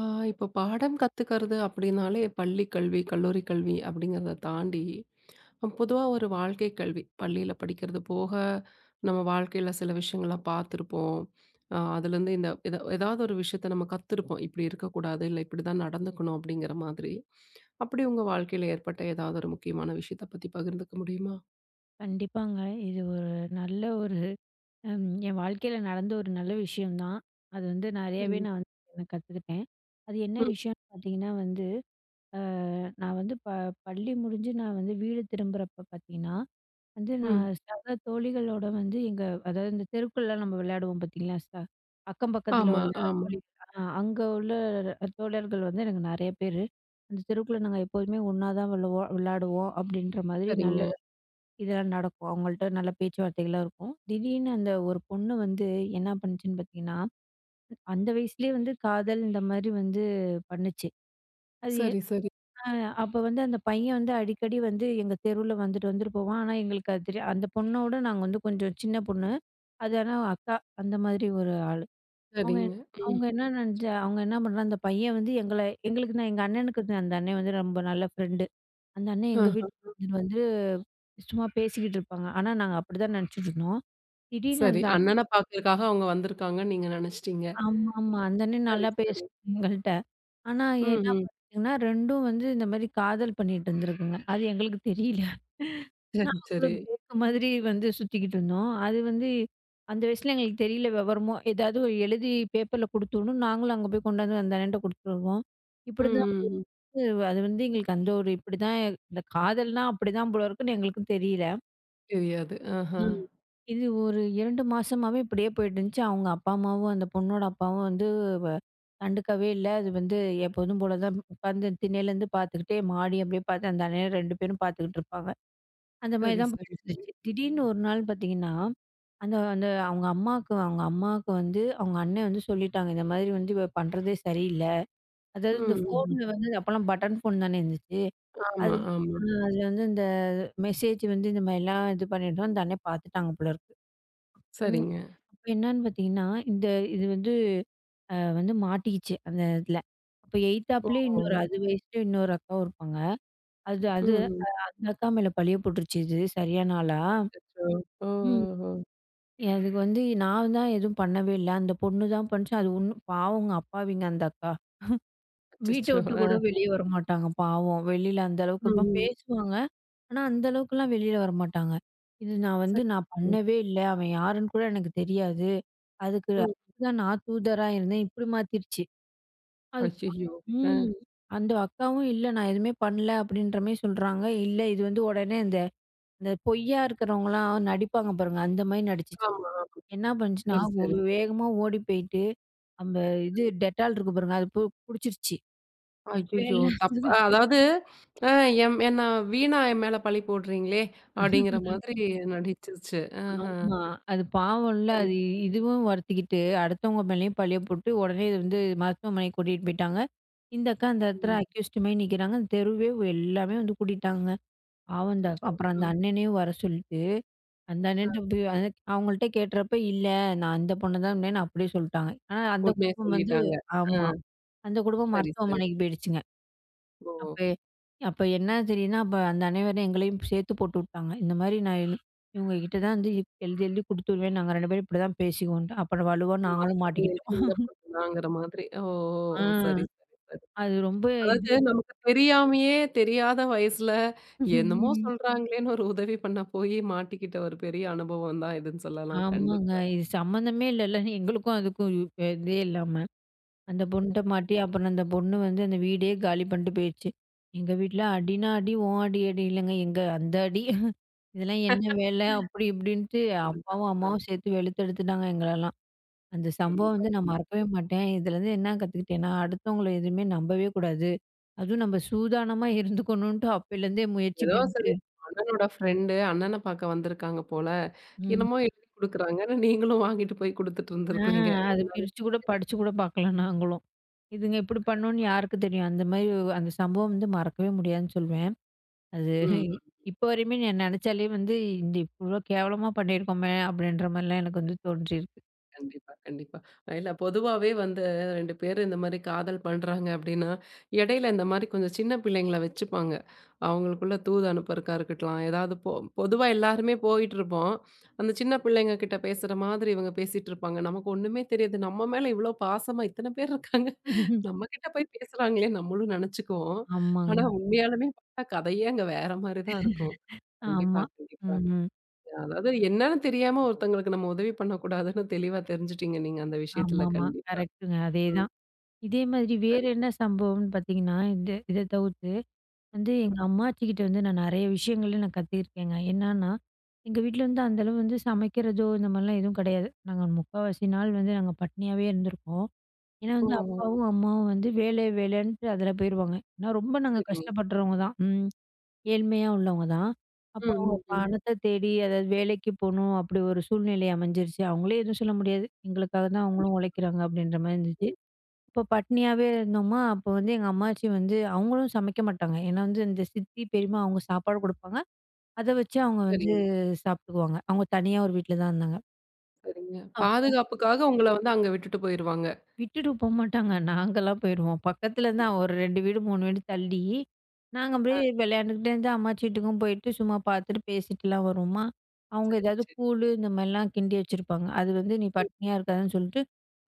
ஆ, இப்போ பாடம் கத்துக்கிறது அப்படின்னாலே பள்ளி கல்வி, கல்லூரி கல்வி அப்படிங்கிறத தாண்டி, பொதுவா ஒரு வாழ்க்கை கல்வி. பள்ளியில படிக்கிறது போக, நம்ம வாழ்க்கையில சில விஷயங்கள்லாம் பார்த்துருப்போம். அதுலேருந்து இந்த ஏதாவது ஒரு விஷயத்த நம்ம கத்துருப்போம். இப்படி இருக்கக்கூடாது, இல்ல இப்படிதான் நடந்துக்கணும் அப்படிங்கிற மாதிரி. அப்படி உங்க வாழ்க்கையில ஏற்பட்ட ஏதாவது ஒரு முக்கியமான விஷயத்த பத்தி பகிர்ந்துக்க முடியுமா? கண்டிப்பாங்க. இது ஒரு நல்ல ஒரு என் வாழ்க்கையில நடந்த ஒரு நல்ல விஷயம் தான். அது வந்து நெறையாவே சரிங்க. நான் கத்துக்கிட்டேன். அது என்ன ம், விஷயம்னு பார்த்தீங்கன்னா வந்து, அ நான் வந்து ப பள்ளி முடிஞ்சு நான் வந்து வீடு திரும்புறப்ப பார்த்தீங்கன்னா, வந்து ம். நான் சக தோழிகளோட வந்து எங்க அதாவது இந்த தெருக்குள்ளலாம் நம்ம விளையாடுவோம் பார்த்தீங்களா? அக்கம் பக்கத்துல ஆமா, உள்ள ஆமா. தோழி அங்க உள்ள தோழர்கள் வந்து எனக்கு நெறைய பேரு. அந்த தெருக்குள்ள நாங்க எப்போதுமே ஒண்ணா தான் விளையாடுவோம் அப்படின்ற மாதிரி நல்ல சரிங்க. இதெல்லாம் நடக்கும். அவங்கள்ட்ட நல்ல பேச்சுவார்த்தைகள்லாம் இருக்கும். திடீர்னு அந்த ஒரு பொண்ணு வந்து என்ன பண்ணுச்சுன்னு பார்த்தீங்கன்னா, அந்த வயசுலயே வந்து காதல் இந்த மாதிரி வந்து பண்ணுச்சு. அது எ சரி, சரி, அ அப்ப வந்து அந்த பையன் வந்து அடிக்கடி வந்து எங்க தெருவுல வந்துட்டு வந்துட்டு போவான். ஆனா எங்களுக்கு அது தெரியா அந்த பொண்ணோட நாங்க வந்து கொஞ்சம் சின்ன பொண்ணு. அது ஆனா அக்கா அந்த மாதிரி ஒரு ஆளு. அவங்க சரிங்க. என்ன- ம். அவங்க என்ன நெனச்சா அவங்க என்ன பண்றா அந்த பையன் வந்து எங்களுக்கு நான் எங்க அண்ணனுக்கு அந்த அண்ணன் வந்து ரொம்ப நல்ல ஃப்ரெண்டு. அந்த அண்ணன் எங்க ஆ. வீட்டுக்கு வந்து சும்மா பேசிக்கிட்டு இருப்பாங்க. ஆனா நாங்க அப்படிதான் நெனச்சுட்டு இருந்தோம். திடீர்னு சரி. அண்ணன பாக்கறதுக்காக அவங்க வந்திருக்காங்கன்னு நீங்க நெனச்சுட்டீங்க. ஆமா, ஆமா. அந்த அண்ணன் சரி, நல்லா சரி. பேசும் எங்கள்ட்ட. ஆனா என்ன ம்ஹ்ம். பண்ணிட்டுங்கன்னா, 2ம் வந்து இந்த மாரி காதல் பண்ணிட்டு இருந்திருக்குங்க. அது எங்களுக்கு தெரியல. சரி, சரி. நாங்களும் பேக்கு மாதிரி வந்து சுத்திக்கிட்டு இருந்தோம். அது வந்து அந்த வயசுல எங்களுக்கு தெரியல விவரமோ. ஏதாவது ஒரு எழுதி பேப்பர்ல குடுத்துடணும். நாங்களும் அங்க போய் கொண்டாந்து அந்த அண்ணன்ட்ட குடுத்துருவோம். ம், இப்படிதான் ம், வந்து ம். அது வந்து எங்களுக்கு அந்த ஒரு இப்படிதான் இந்த காதல்னா அப்படிதான் போல இருக்குன்னு எங்களுக்கும் தெரியல. தெரியாது. ஆஹா. ம். இது ஒரு 2 மாசமாவே இப்படியே போயிட்டுருந்துச்சு. அவங்க அப்பா, அம்மாவும் அந்த பொண்ணோட அப்பாவும் வந்து வ கண்டுக்கவே இல்ல. அது வந்து எப்போதும் போல தான் உட்கார்ந்து திண்ணையிலேருந்து பார்த்துக்கிட்டே மாடி அப்படியே பார்த்து அந்த அண்ணன 2 பேரும் பார்த்துக்கிட்டு இருப்பாங்க. அந்த மாரி சரி, தான் சரி, சரி. போயிட்டுருந்துச்சு. திடீர்னு ஒரு நாள் பார்த்தீங்கன்னா, அந்த அந்த அவங்க அம்மாக்கு வந்து அவங்க அண்ணன் வந்து சொல்லிட்டாங்க. இந்த மாதிரி வந்து இவ பண்றதே சரியில்ல. ம், அதாவது இந்த ம். ம். ஃபோன்ல வந்து அப்போலாம் பட்டன் ஃபோன் தானே இருந்துச்சு. ஆமா, அது ஆமா. அதில வந்து இந்த மெசேஜ் வந்து இந்த மாரிலாம் இது பண்ணிட்டோம். அந்த அண்ணன் பார்த்துட்டாங்க போல இருக்கு. ம். சரிங்க. அப்ப என்னான்னு பார்த்தீங்கன்னா, இந்த இது வந்து வந்து மாட்டிக்கிச்சு அந்த இதுல. அப்ப எய்த்தாப்லயே ஓஹோ! இன்னொரு அது வயசுல இன்னொரு அக்காவும் இருப்பாங்க. அது அது ம், ம். அந்த அக்கா மேல பழிய போட்டுருச்சு இது சரியான ஆளா. அச்சச்சோ! ம். ஓஹோஹோ! அதுக்கு வந்து நான் தான் எதுவும் பண்ணவே இல்ல. அந்த பொண்ணு தான் பண்ணுச்சு. அது ஒண்ணும் பாவங்க அப்பாவிங்க அந்த அக்கா. வீட்ட அச்சச்சோ! விட்டு ஆ. கூட வெளிய வரமாட்டாங்க பாவம். வெளில அந்த ம், அளவுக்கு இப்ப ம். பேசுவாங்க. ஆனா, அந்த அளவுக்குலாம் வெளில வரமாட்டாங்க. இது நான் வந்து நான் சரிங்க. பண்ணவே இல்ல. அவன் யாருன்னு கூட எனக்கு தெரியாது. அதுக்கு ம். அதுக்கு தான் நான் தூதரா இருந்தேன். இப்படி மாத்திருச்சு. அது ஐயய்யோ! ஆ. ம். அந்த அக்காவும் இல்ல நான் எதுவுமே பண்ணல அப்படின்ற மாரி சொல்றாங்க. இது வந்து உடனே இந்த இந்த பொய்யா இருக்கிறவங்கலாம் நடிப்பாங்க பாருங்க. அந்த மாரி நடிச்சுச்சு. ஆமா, ஆமா. என்ன பண்ணுச்சுன்னா, சரி, சரி, ஒரு சரி. வேகமா ஓடி போயிட்டு, அந்த இது டெட்டால் இருக்கு பாருங்க. அது புடிச்சிருச்சு. ஐயய்யோ! தப் அதாவது அ எம் என்ன வீணா என் மேல பழி போடுறீங்களே! அப்டிங்கிற மாதிரி நடிச்சிருச்சு. ஆஹா. ஆமா. அது பாவம்ல. சரி, அது சரி. இதுவும் வருத்திக்கிட்டு, அடுத்தவங்க மேலயும் பழிய போட்டு, உடனே இது வந்து மருத்துவமனைக்கு கூட்டிட்டு போயிட்டாங்க. இந்த அக்கா அந்த இடத்துல ம். அக்யூஸ்டு மாரி நிக்கிறாங்க. அந்த தெருவே எல்லாமே வந்து கூட்டிட்டாங்கங்க. பாவம் அந்த அக்கா. அச்சச்சோ! அப்புறம் அந்த ம். அண்ணனையும் வர சொல்லிட்டு, அந்த அண்ணன்ட்ட போய் அது அவங்கள்ட்ட கேட்றப்ப, "இல்ல நான் அந்த பொண்ண தான்" நான் அப்படியே சொல்லிட்டாங்க. ஆனா அந்த உண்மைய குடும்பம் வந்து சொல்லிட்டாங்க. ஆ ஆமா. அந்த குடும்பம் சரி, சரி. மருத்துவமனைக்கு போயிடுச்சுங்க. ஓ! அப்ப அப்ப என்ன தெரியுதுன்னா, அப்ப அந்த அனைவரும் எங்களையும் சேர்த்து போட்டுவுட்டாங்க. இந்த மாரி நான் எழு இவங்க கிட்ட தான் வந்து எழுதி எழுதி குடுத்துருவேன். நாங்க 2 பேரும் இப்படிதான் பேசிக்குவோம்ன்ட்டு. அப்புறம் வலுவா அந்த நாங்களும் பொண்ணு இல்ல, மாட்டிக்கிட்டோம். இந்த பொண்ணு தாங்கிற மாதிரி. ஓ! ஆ ஓ! சரி, சரி, சரி. அது ரொம்ப இது அதாவது நமக்கு தெரியாமயே, தெரியாத வயசுல என்னமோ ம். சொல்றாங்களேன்னு ஒரு உதவி பண்ண போயி மாட்டிக்கிட்ட ஒரு பெரிய அனுபவம் தான் இதுன்னு சொல்லலாம். ஆமாங்க. கண்டிப்பா. இது சம்மந்தமே இல்லல்ல. எங்களுக்கும் அதுக்கும் இதே இல்லாம. அந்த பொண்ணுட்ட மாட்டி அப்புறம் அந்த பொண்ணு வந்து அந்த வீடே காலி பண்ணிட்டு போயிடுச்சு. எங்க வீட்ல அடினா அடி, உன் அடி அடி இல்லைங்க. எங்க அந்த அடி. இதெல்லாம் என்ன வேலை அப்படி இப்படின்ட்டு அதுதான், அப்பாவும், அதுதான். அம்மாவும் சேர்த்து வெளுத்தெடுத்துட்டாங்க எங்களெல்லாம். அந்த சம்பவம் கண்டிப்பா, வந்து நான் மறக்கவே கண்டிப்பா. மாட்டேன். இதுலேருந்து என்ன கத்துக்கிட்டேன்னா, அடுத்தவங்கள எதுவுமே நம்பவே கூடாது. அதுவும் நம்ம சூதானமா இருந்துக்கணுன்ட்டு அப்பையிலேருந்தே முயற்சி ஏதோ பண்ணிட்டு சரி அண்ணனோட ஃப்ரெண்டு அண்ணன பார்க்க வந்திருக்காங்க போல. ம். என்னமோ எழுதி குடுக்குறாங்கன்னு நீங்களும் வாங்கிட்டு போய் குடுத்துட்டு ஆ இருந்திருக்கிறீங்க. அது என்னன்னு பிரிச்சு கூட படிச்சு கூட பார்க்கல நாங்களும். இதுங்க இப்படி பண்ணும்னு யாருக்கு தெரியும்? அந்த மாரி அந்த சம்பவம் வந்து மறக்கவே முடியாதுன்னு சொல்வேன். அது கண்டிப்பா. ம். இப்ப வரையுமே நான் நெனச்சாலே வந்து இந்த இவ்ளோ கேவலமா பண்ணியிருக்கோமே! அப்படின்ற மாரிலாம் எனக்கு வந்து தோன்றியிருக்கு. கண்டிப்பா, கண்டிப்பா. இல்ல பொதுவாவே வந்து 2 பேரு இந்த மாரி காதல் பண்றாங்க அப்டின்னா, இடையில இந்த மாரி கொஞ்சம் சின்ன பிள்ளைங்கள வச்சுப்பாங்க. அவங்களுக்குள்ள தூது அனுப்புறக்கா இருக்கட்லாம், ஏதாவது பொதுவா எல்லாருமே போயிட்டுருப்போம். அந்த சின்ன பிள்ளைங்க கிட்ட பேசுற மாதிரி இவங்க பேசிட்டுருப்பாங்க. நமக்கு ஒண்ணுமே தெரியாது. நம்ம மேல இவ்ளோ பாசமா இத்தன பேர் இருக்காங்க. நம்ம கிட்ட போய் பேசுறாங்களே நம்மளும் நெனச்சுக்குவோம். ஆமாங்க. ஆனா உண்மையாலுமே பார்த்தா கதையே அங்க வேற மாரி தான் இருக்கும். கண்டிப்பா, ஆமா. கண்டிப்பா. ம். அதாவது என்னன்னு தெரியாம ஒருத்தங்களுக்கு நம்ம உதவி பண்ணக்கூடாதுன்னு தெளிவா தெரிஞ்சுட்டீங்க நீங்க அந்த விஷயத்துல ஆமாமா. கண்டிப்பா. கரெக்ட்டுங்க. ம். அதேதான். இதே மாதிரி வேற சரிங்க. என்ன சம்பவம்னு பார்த்தீங்கன்னா, இந்த இத தவிர்த்து வந்து ம். எங்க அம்மாச்சிகிட்ட வந்து நெறைய விஷயங்கள நான் கத்துக்கிருக்கேங்க. என்னான்னா, எங்க வீட்ல வந்து அந்த அளவு வந்து சமைக்கிறதோ, இந்த மாரிலாம் எதுவும் கெடையாது. முக்காவாசி நாள் வந்து நாங்க பட்னியாவே இருந்திருக்கோம். ஏன்னா ஓ! வந்து அப்பாவும், அம்மாவும் வந்து வேலை வேலைன்ட்டு அதுல போயிருவாங்க. ஏன்னா ரொம்ப நாங்க சரிங்க. கஷ்டப்படுறவங்க தான். ம். ஏழ்மையா உள்ளவங்க தான். அப்போ ம், அவங்க ம், ம். பணத்த தேடி அதாவது வேலைக்கு போணும், அப்படி ஒரு சூழ்நிலை அமைஞ்சிருச்சு. அவங்களே எதுவும் சொல்ல முடியாது. எங்களுக்காக தான் அவங்களும் கண்டிப்பா. உழைக்கிறாங்க அப்படின்ற மாரி இருந்துச்சு. இப்போ பட்னியாவே இருந்தோமா, அப்போ வந்து எங்க அம்மாச்சி வந்து அவங்களும் சமைக்க மாட்டாங்க. ஏன்னா வந்து இந்த சித்தி, பெரியம்மா அவங்க சாப்பாடு குடுப்பாங்க. அத வச்சு அவங்க வந்து சரிங்க, சாப்பிட்டுக்குவாங்க. அவங்க தனியா ஒரு வீட்ல தான் இருந்தாங்க. சரிங்க. அப்போ பாதுகாப்புக்காக உங்கள வந்து அங்க விட்டுட்டு போயிருவாங்க. விட்டுட்டு போமாட்டாங்க. நாங்கலாம் போயிருவோம். பக்கத்துல தான் ஒரு 2 வீடு, 3 வீடு தள்ளி. நாங்க ஆ அப்படியே விளையாண்டுக்கிட்டே இருந்து அம்மாச்சி வீட்டுக்கும் போயிட்டு சும்மா பார்த்துட்டு பேசிட்டுலாம் வருவோமா. அவங்க சரி, ஏதாவது கூழு சரிங்க. இந்த மாரிலாம் கிண்டி வச்சிருப்பாங்க. அது வந்து நீ ம். பட்னியா இருக்காதன்னு சொல்லிட்டு,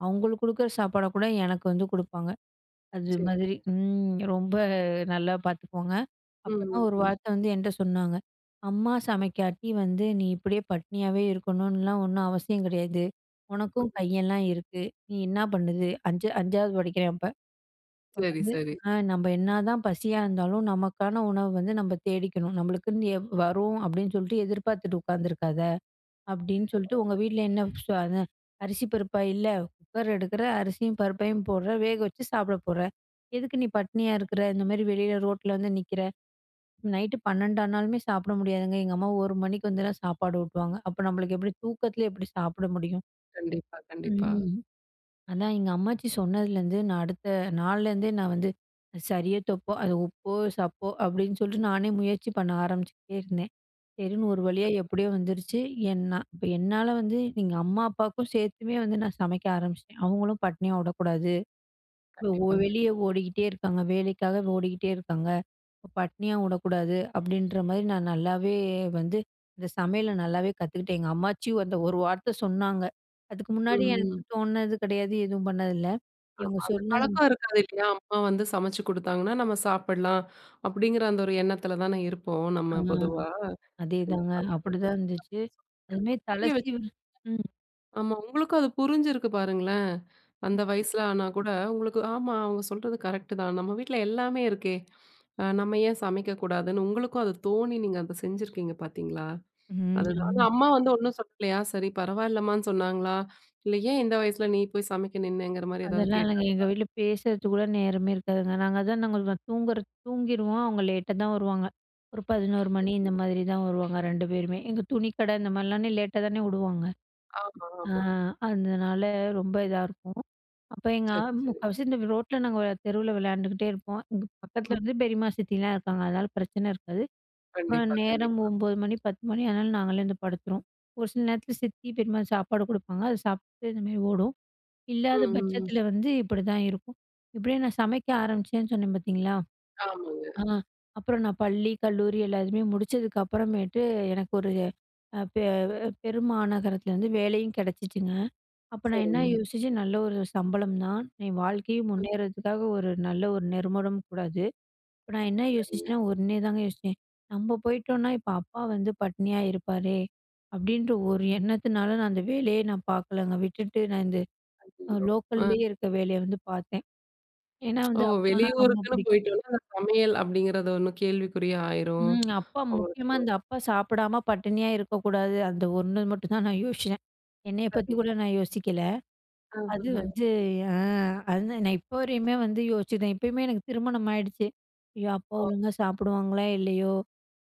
அவங்களுக்கு குடுக்குற சாப்பாட கூட எனக்கு வந்து குடுப்பாங்க. அது சரி, மாதிரி. சரி. ம். ரொம்ப நல்லா பார்த்துக்கோங்க. ம், ம், அப்பதான் ஒரு ம். வார்த்தை வந்து என்ட்ட சொன்னாங்க. "அம்மா சமைக்காட்டி வந்து நீ இப்படியே பட்னியாவே இருக்கணும்லாம் ஒண்ணும் அவசியம் கிடையாது. உனக்கும் கையெல்லாம் இருக்கு. நீ என்ன பண்ணுது?" 5 5வது படிக்கிறேன் அப்ப. அப்ப சரி, வந்து சரி. "நம்ம என்னாதான் பசியா இருந்தாலும் நமக்கான உணவு வந்து நம்ம தேடிக்கணும். நம்மளுக்குன்னு எவ் வரும் அப்படின்னு சொல்லிட்டு எதிர்பார்த்துட்டு உட்காந்துருக்காத." அப்படின்னு சொல்லிட்டு உங்க பரவால்ல. வீட்ல என்ன அது அரிசி பருப்பா இல்ல குக்கர் எடுக்குற, அரிசியும் பருப்பையும் போடுற, வேக வச்சு சாப்பிட போற. எதுக்கு நீ பட்னியா இருக்கிற? இந்த மாரி வெளியில ரோட்ல வந்து நிக்கிற. நைட்டு 12 ஆனாலுமே சாப்பிட முடியாதுங்க. எங்க அம்மா 1 மணிக்கு வந்து தான் சாப்பாடு ஊட்டுவாங்க. அப்ப நம்மளுக்கு எப்படி தூக்கத்திலே எப்படி சாப்பிட முடியும்? கண்டிப்பா, கண்டிப்பா. ம். அதான் எங்க அம்மாச்சி சொன்னதுலேருந்து அடுத்த நாள்லேருந்தே நான் வந்து அது சரியோ தப்போ, அது உப்போ, சப்போ அப்படின்னு சொல்லிட்டு நானே முயற்சி பண்ண ஆரம்பிச்சுக்கிட்டே இருந்தேன். சரின்னு ஒரு வழியா எப்படியோ வந்துருச்சு. என்னா இப்ப என்னால வந்து எங்க அம்மா, அப்பாவுக்கும் சேர்த்துமே வந்து நான் சமைக்க ஆரம்பிச்சுட்டேன். அவங்களும் பட்னியா விடக்கூடாது. கண்டிப்பாங்க. வெளிய ஓடிக்கிட்டே இருக்காங்க. வேலைக்காக ஓடிக்கிட்டே இருக்காங்க. இப்ப பட்னியா விடக்கூடாது அப்படின்ற மாரி நான் நல்லாவே வந்து இந்த சமையல நல்லாவே கத்துக்கிட்டேன். எங்க அம்மாச்சியும் அந்த ஒரு வார்த்தை சொன்னாங்க. அதுக்கு ம், முன்னாடி ம். எனக்கு ம். தோணுனது கிடையாது. எதுவும் பண்ணதில்ல. இவங்க ஆமா. அந்த சொன்ன பழக்கம் இருக்காது இல்லையா? அம்மா வந்து சமைச்சு குடுத்தாங்கன்னா, நம்ம சாப்பிடலாம். அப்படிங்கிற அந்த ஒரு எண்ணத்துல தானே இருப்போம் ஆ நம்ம பொதுவா. அதேதாங்க. கண்டிப்பாங்க. ரொம்ப அப்படிதான் இருந்துச்சு. எனக்கு அதுமாரி புரிய தல வச்சு சீவல் ம். ஆமா. உங்களுக்கும் அது புரிஞ்சிருக்கு பாருங்களேன். அந்த வயசுல ஆனா கூட உங்களுக்கு ஆமா அவங்க சொல்றது கரெக்ட் தான். நம்ம வீட்ல எல்லாமே இருக்கே. நம்ம ஏன் சமைக்கக்கூடாதுன்னு உங்களுக்கும் அது தோணி நீங்க அத செஞ்சிருக்கீங்க பார்த்தீங்களா? அதுதான். ஆனா ம். அம்மா வந்து ஒண்ணும் சொல்லலையா? சரி பரவாயில்லம்மான்னு சொன்னாங்களா? இல்ல ஏன் இந்த வயசுல நீ போய் சமைக்க நின்னேங்கிற மாரி ஏதாவது அதெல்லாம் இல்லைங்க. கேட்டாங்க? எங்க வீட்ல பேசுறதுக்கு கூட நேரமே இருக்காதுங்க. நாங்க அதான் நாங்க தூங்குற தூங்கிருவோம். அவங்க லேட்டா தான் வருவாங்க. ஒரு 11 மணி இந்த மாதிரி தான் வருவாங்க 2 பேருமே. எங்க துணிக்கடை இந்த மாதிரிலாம் லேட்டா தானே விடுவாங்க. ஆமா, ஆ ஆமா. அதனால ரொம்ப இதா இருக்கும். அப்ப எங்க சரி, சரி. முக்காவாசி இந்த ரோட்ல நாங்க தெருவுல விளையாண்டுக்கிட்டே இருப்போம். எங்க ம். பக்கத்துல வந்து பெரியம்மா, சித்திலாம் இருக்காங்க. அதனால பிரச்சனை இருக்காது. அப்புறம் கண்டிப்பா, நேரம் கண்டிப்பா. 9 மணி 10 மணி ஆனாலும் நாங்களே வந்து படுத்துருவோம். ஒரு சில நேரத்துல சித்தி, பெரியம்மா சாப்பாடு குடுப்பாங்க. அத சாப்பிட்டு இந்த மாரி ஓடும். இல்லாத ம், ம். ம். பட்சத்துல வந்து இப்படிதான் இருக்கும். இப்படியே நான் சமைக்க ஆரம்பிச்சேன்னு சொன்னேன் பார்த்தீங்களா? ஆமாங்க. ஆ அப்புறம் நான் பள்ளி, கல்லூரி எல்லாத்தையுமே முடிச்சதுக்கு அப்புறமேட்டு எனக்கு ஒரு அ பெ பெருமாநகரத்துல வந்து வேலையும் கிடைச்சிச்சுங்க. அப்ப நான் என்ன சரிங்க. யோசிச்சேன், நல்ல ஒரு சம்பளம் தான். என் வாழ்க்கையும் ம். முன்னேறதுக்காக ஒரு நல்ல ஒரு நெருமடம் கூட அது. இப்ப நான் என்ன சரிங்க. யோசிச்சேன்னா, ஒண்ணே தாங்க யோசிச்சேன். நம்ம போயிட்டோம்னா, இப்ப அப்பா வந்து பட்னியா இருப்பாரே! அப்படின்ற ஒரு எண்ணத்தினால அந்த வேலையே நான் பார்க்கலங்க. விட்டுட்டு நான் இந்த ஐயய்யோ! ஆ. லோக்கல்லயே இருக்க வேலைய வந்து பார்த்தேன். ஏன்னா ஓ! வந்து அப்பானா ரொம்ப வெளியூருக்குன்னு பிடிக்கும். போயிட்டோம்னா, அந்த சமையல் அப்படிங்கிறது ஒண்ணும் கேள்விக்குறியா ஆயிரும். ம். அப்பா முக்கியமா அவங்களுக்கு இந்த அப்பா சாப்பிடாம பட்டினியா இருக்கக்கூடாது. அந்த ஒண்ணு மட்டும் தான் நான் யோசிச்சேன். என்னைய பத்தி சரிங்க. கூட நான் யோசிக்கல. அது ஆஹஹ. வந்து ஆ அது நான் இப்போ வரையுமே வந்து யோசிச்சுட்டேன். இப்பயுமே எனக்கு திருமணம் ஆயிடுச்சு. ஐயோ! அப்பா ஓ! ஒழுங்கா சாப்பிடுவாங்களா இல்லையோ!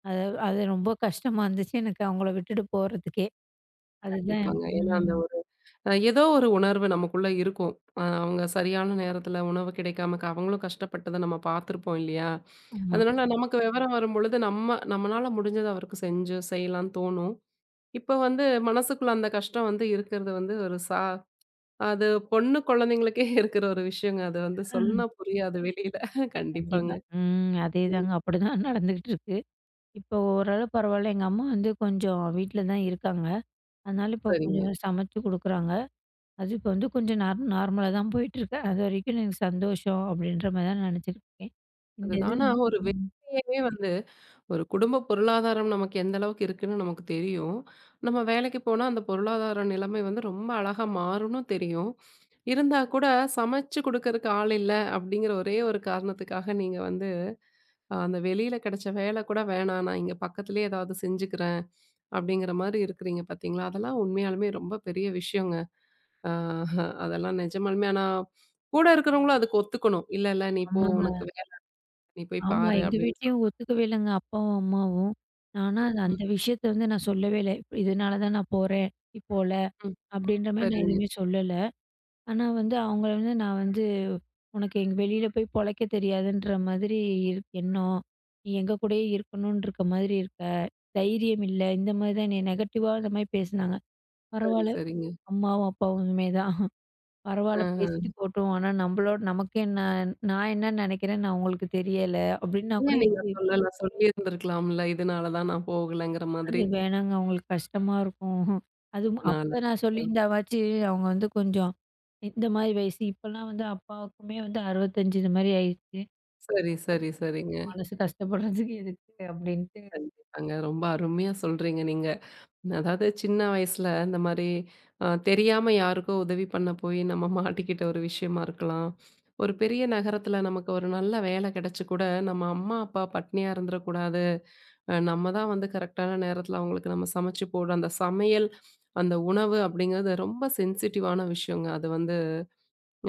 அது அது ரொம்ப கஷ்டமா இருந்துச்சு எனக்கு அவங்கள விட்டுட்டு போறதுக்கே. அதுதான் கண்டிப்பாங்க. ஏன்னா அந்த ம். ஒரு ஏதோ ஒரு உணர்வு நமக்குள்ள இருக்கும். அ அவங்க சரியான நேரத்துல உணவு கிடைக்காம க அவங்களும் கஷ்டப்பட்டத நம்ம பார்த்துருப்போம் இல்லையா? ஆமா. அதனால நமக்கு விவரம் வரும்பொழுது நம்ம நம்மனால முடிஞ்சத அவருக்கு செஞ்சு செய்யலான்னு தோணும். இப்ப வந்து மனசுக்குள்ள அந்த கஷ்டம் வந்து இருக்கிறது வந்து ஒரு சா அது பொண்ணு குழந்தைங்களுக்கே இருக்கிற ஒரு விஷயங்க. அது வந்து ம். சொன்னா புரியாது வெளியில. கண்டிப்பாங்க. கண்டிப்பா. ம். அதேதாங்க. அப்படிதான் நடந்துகிட்டு இருக்கு. இப்போ ஓரளவு பரவால்ல. எங்க அம்மா வந்து கொஞ்சம் வீட்ல தான் இருக்காங்க. அதனால இப்போ சரிங்க. கொஞ்சம் சமைச்சு குடுக்குறாங்க. அது இப்போ வந்து கொஞ்சம் நார்மலா தான் போயிட்டுருக்கு. அதுவரைக்கும் எனக்கு சந்தோஷம் அப்படின்ற மாரி தான் நெனச்சுக்கிட்டு இருக்கேன். இந்த அதுதான். இது ஆனா வந்து ஒரு ம். வேலையே வந்து ஒரு குடும்ப பொருளாதாரம் நமக்கு எந்த அளவுக்கு இருக்குன்னு நமக்கு தெரியும். நம்ம வேலைக்கு போனா அந்த பொருளாதார நிலைமை வந்து ரொம்ப அழகா மாறும்னு தெரியும். இருந்தா கூட சமைச்சு குடுக்கறக்கு ஆள் இல்ல அப்படிங்கிற ஒரே ஒரு காரணத்துக்காக நீங்க வந்து அந்த வெளியில கிடைச்ச வேலை கூட வேணாம். நான் இங்க பக்கத்திலேயே ஏதாவது செஞ்சுக்கிறேன். அப்படிங்கிற மாரி இருக்கிறீங்க பார்த்தீங்களா? அதெல்லாம் உண்மையாலுமே ரொம்ப பெரிய விஷயங்க. ஆ அதெல்லாம் நிஜமாலுமே ஆனா கூட இருக்கிறவங்களும் அதுக்கு ஒத்துக்கணும். இல்ல, இல்ல நீ போ ஆமாங்க. உனக்கு வேலை நீ போய் ஆமா. பாரு எங்க அப்படின்னு வீட்லயும் ஒத்துக்கவே இல்லங்க அப்பாவும், அம்மாவும். ஆனா அது ம், அந்த விஷயத்த வந்து நான் சொல்லவே இல்ல. இதனால தான் நான் போறேன், நீ போல ம். அப்படின்ற மாரி நான் சரிங்க. எதுவுமே சொல்லல. ஆனா வந்து அவங்கள வந்து நான் வந்து, "உனக்கு எங்க வெளியில போய் பொழைக்க தெரியாதுன்ற மாதிரி எண்ணம். நீ எங்க கூடயே இருக்கணும்னு இருக்க மாதிரி இருக்க. தைரியம் இல்ல." இந்த மாதிரி தான் என்னைய நெகட்டிவா இந்த மாதிரி பேசுனாங்க. சரி, பரவால்ல சரிங்க. அம்மாவும், அப்பாவுமே தான். "பரவால்ல பேசிட்டு ஆஹ. போட்டும். ஆனா நம்மளோட நமக்கு என்ன நான் என்ன நினைக்கிறேன்னு அவங்களுக்கு தெரியல." அப்படின்னா கூட ஏன் நீங்க இது சொல்லல? சொல்லியிருந்திருக்கலாம்ல. இதனால தான் நான் போகலங்கிற மாதிரி. அது வேணாங்க அவங்களுக்கு கஷ்டமா இருக்கும். அதுவும் இதனால. அப்ப நான் ம். சொல்லியிருந்தாவாச்சு அவங்க வந்து கொஞ்சம் இந்த மாதிரி வயசு இப்பலாம் வந்து அப்பாவுக்குமே வந்து 65 இந்த மாதிரி ஆயிடுச்சு. சரி, சரி, கொஞ்சம் சரிங்க. மனசு கஷ்டப்படுறதுக்கு எதுக்கு அப்படின்ட்டு. கண்டிப்பாங்க. ரொம்ப அருமையா சொல்றீங்க நீங்க. அதாவது சின்ன வயசுல இந்த மாரி தெரியாம யாருக்கோ உதவி பண்ண போய் நம்ம மாட்டிக்கிட்ட ஒரு விஷயமா இருக்கலாம். ஒரு பெரிய நகரத்துல நமக்கு ஒரு நல்ல வேலை கிடைச்சு கூட நம்ம அம்மா, அப்பா பட்னியா இருந்துறக்கூடாது. நம்ம தான் வந்து கரெக்டான நேரத்துல அவங்களுக்கு நம்ம சமைச்சு போடுறோம். அந்த சமையல், அந்த உணவு அப்படிங்கிறது ரொம்ப சென்சிட்டிவான விஷயங்க. அது வந்து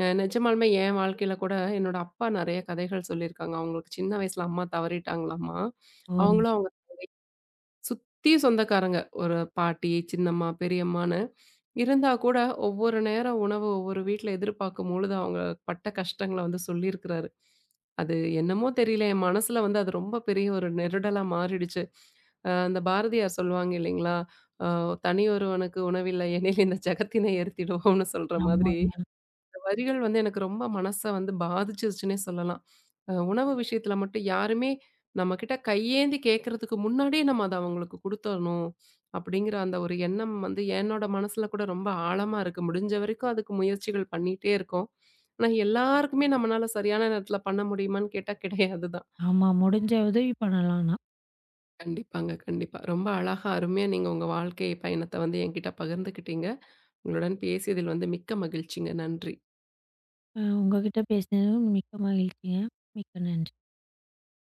நிஜமாலுமே என் வாழ்க்கையில கூட என்னோட அப்பா நெறைய கதைகள் சொல்லியிருக்காங்க. அவங்களுக்கு சின்ன வயசுல அம்மா தவறிட்டாங்களாம்மா. ஓ! அவங்களும் சுத்தி சொந்தக்காரங்க. ஒரு பாட்டி, சின்னம்மா, பெரியம்மான்னு இருந்தா கூட, ஒவ்வொரு நேரம் உணவு ஒவ்வொரு வீட்ல எதிர்பார்க்கும்பொழுது, அவங்க பட்ட கஷ்டங்கள வந்து சொல்லியிருக்கிறாரு. அது என்னமோ தெரியல, என் மனசுல வந்து அது ரொம்ப பெரிய ஒரு நெருடலா மாறிடுச்சு. அந்த பாரதியார் சொல்லுவாங்க இல்லைங்களா? அ "தனியொருவனுக்கு உணவில்லை எனில் இந்த ஜகத்தினை எரித்திடுவோம்னு" சொல்ற மாதிரி, ஆமாங்க. வரிகள் வந்து எனக்கு ரொம்ப மனச வந்து பாதிச்சிருச்சுன்னே சொல்லலாம். அ உணவு விஷயத்துல மட்டும் யாருமே நம்மகிட்ட கையேந்தி கேட்கறதுக்கு முன்னாடியே நம்ம அத அவங்களுக்கு குடுத்தரணும். அப்படிங்கிற அந்த ஒரு எண்ணம் வந்து என்னோட மனசுல கூட ரொம்ப ஆழமா இருக்கு. முடிஞ்ச வரைக்கும் அதுக்கு முயற்சிகள் பண்ணிட்டே இருக்கோம். ஆனா எல்லாருக்குமே நம்மனால சரியான நேரத்துல பண்ண முடியுமான்னு கேட்டா கிடையாது தான். ஆமா. முடிஞ்ச உதவி பண்ணலாம் ஆனா. கண்டிப்பாங்க, கண்டிப்பா. ரொம்ப அழகா, அருமையா நீங்க உங்க வாழ்க்கை பயணத்த வந்து என்கிட்ட பகிர்ந்துக்கிட்டீங்க. உங்களுடன் பேசியதில் வந்து மிக்க மகிழ்ச்சிங்க. நன்றி. உங்ககிட்ட பேசினதும் மிக்க மகிழ்ச்சிங்க. மிக்க நன்றி.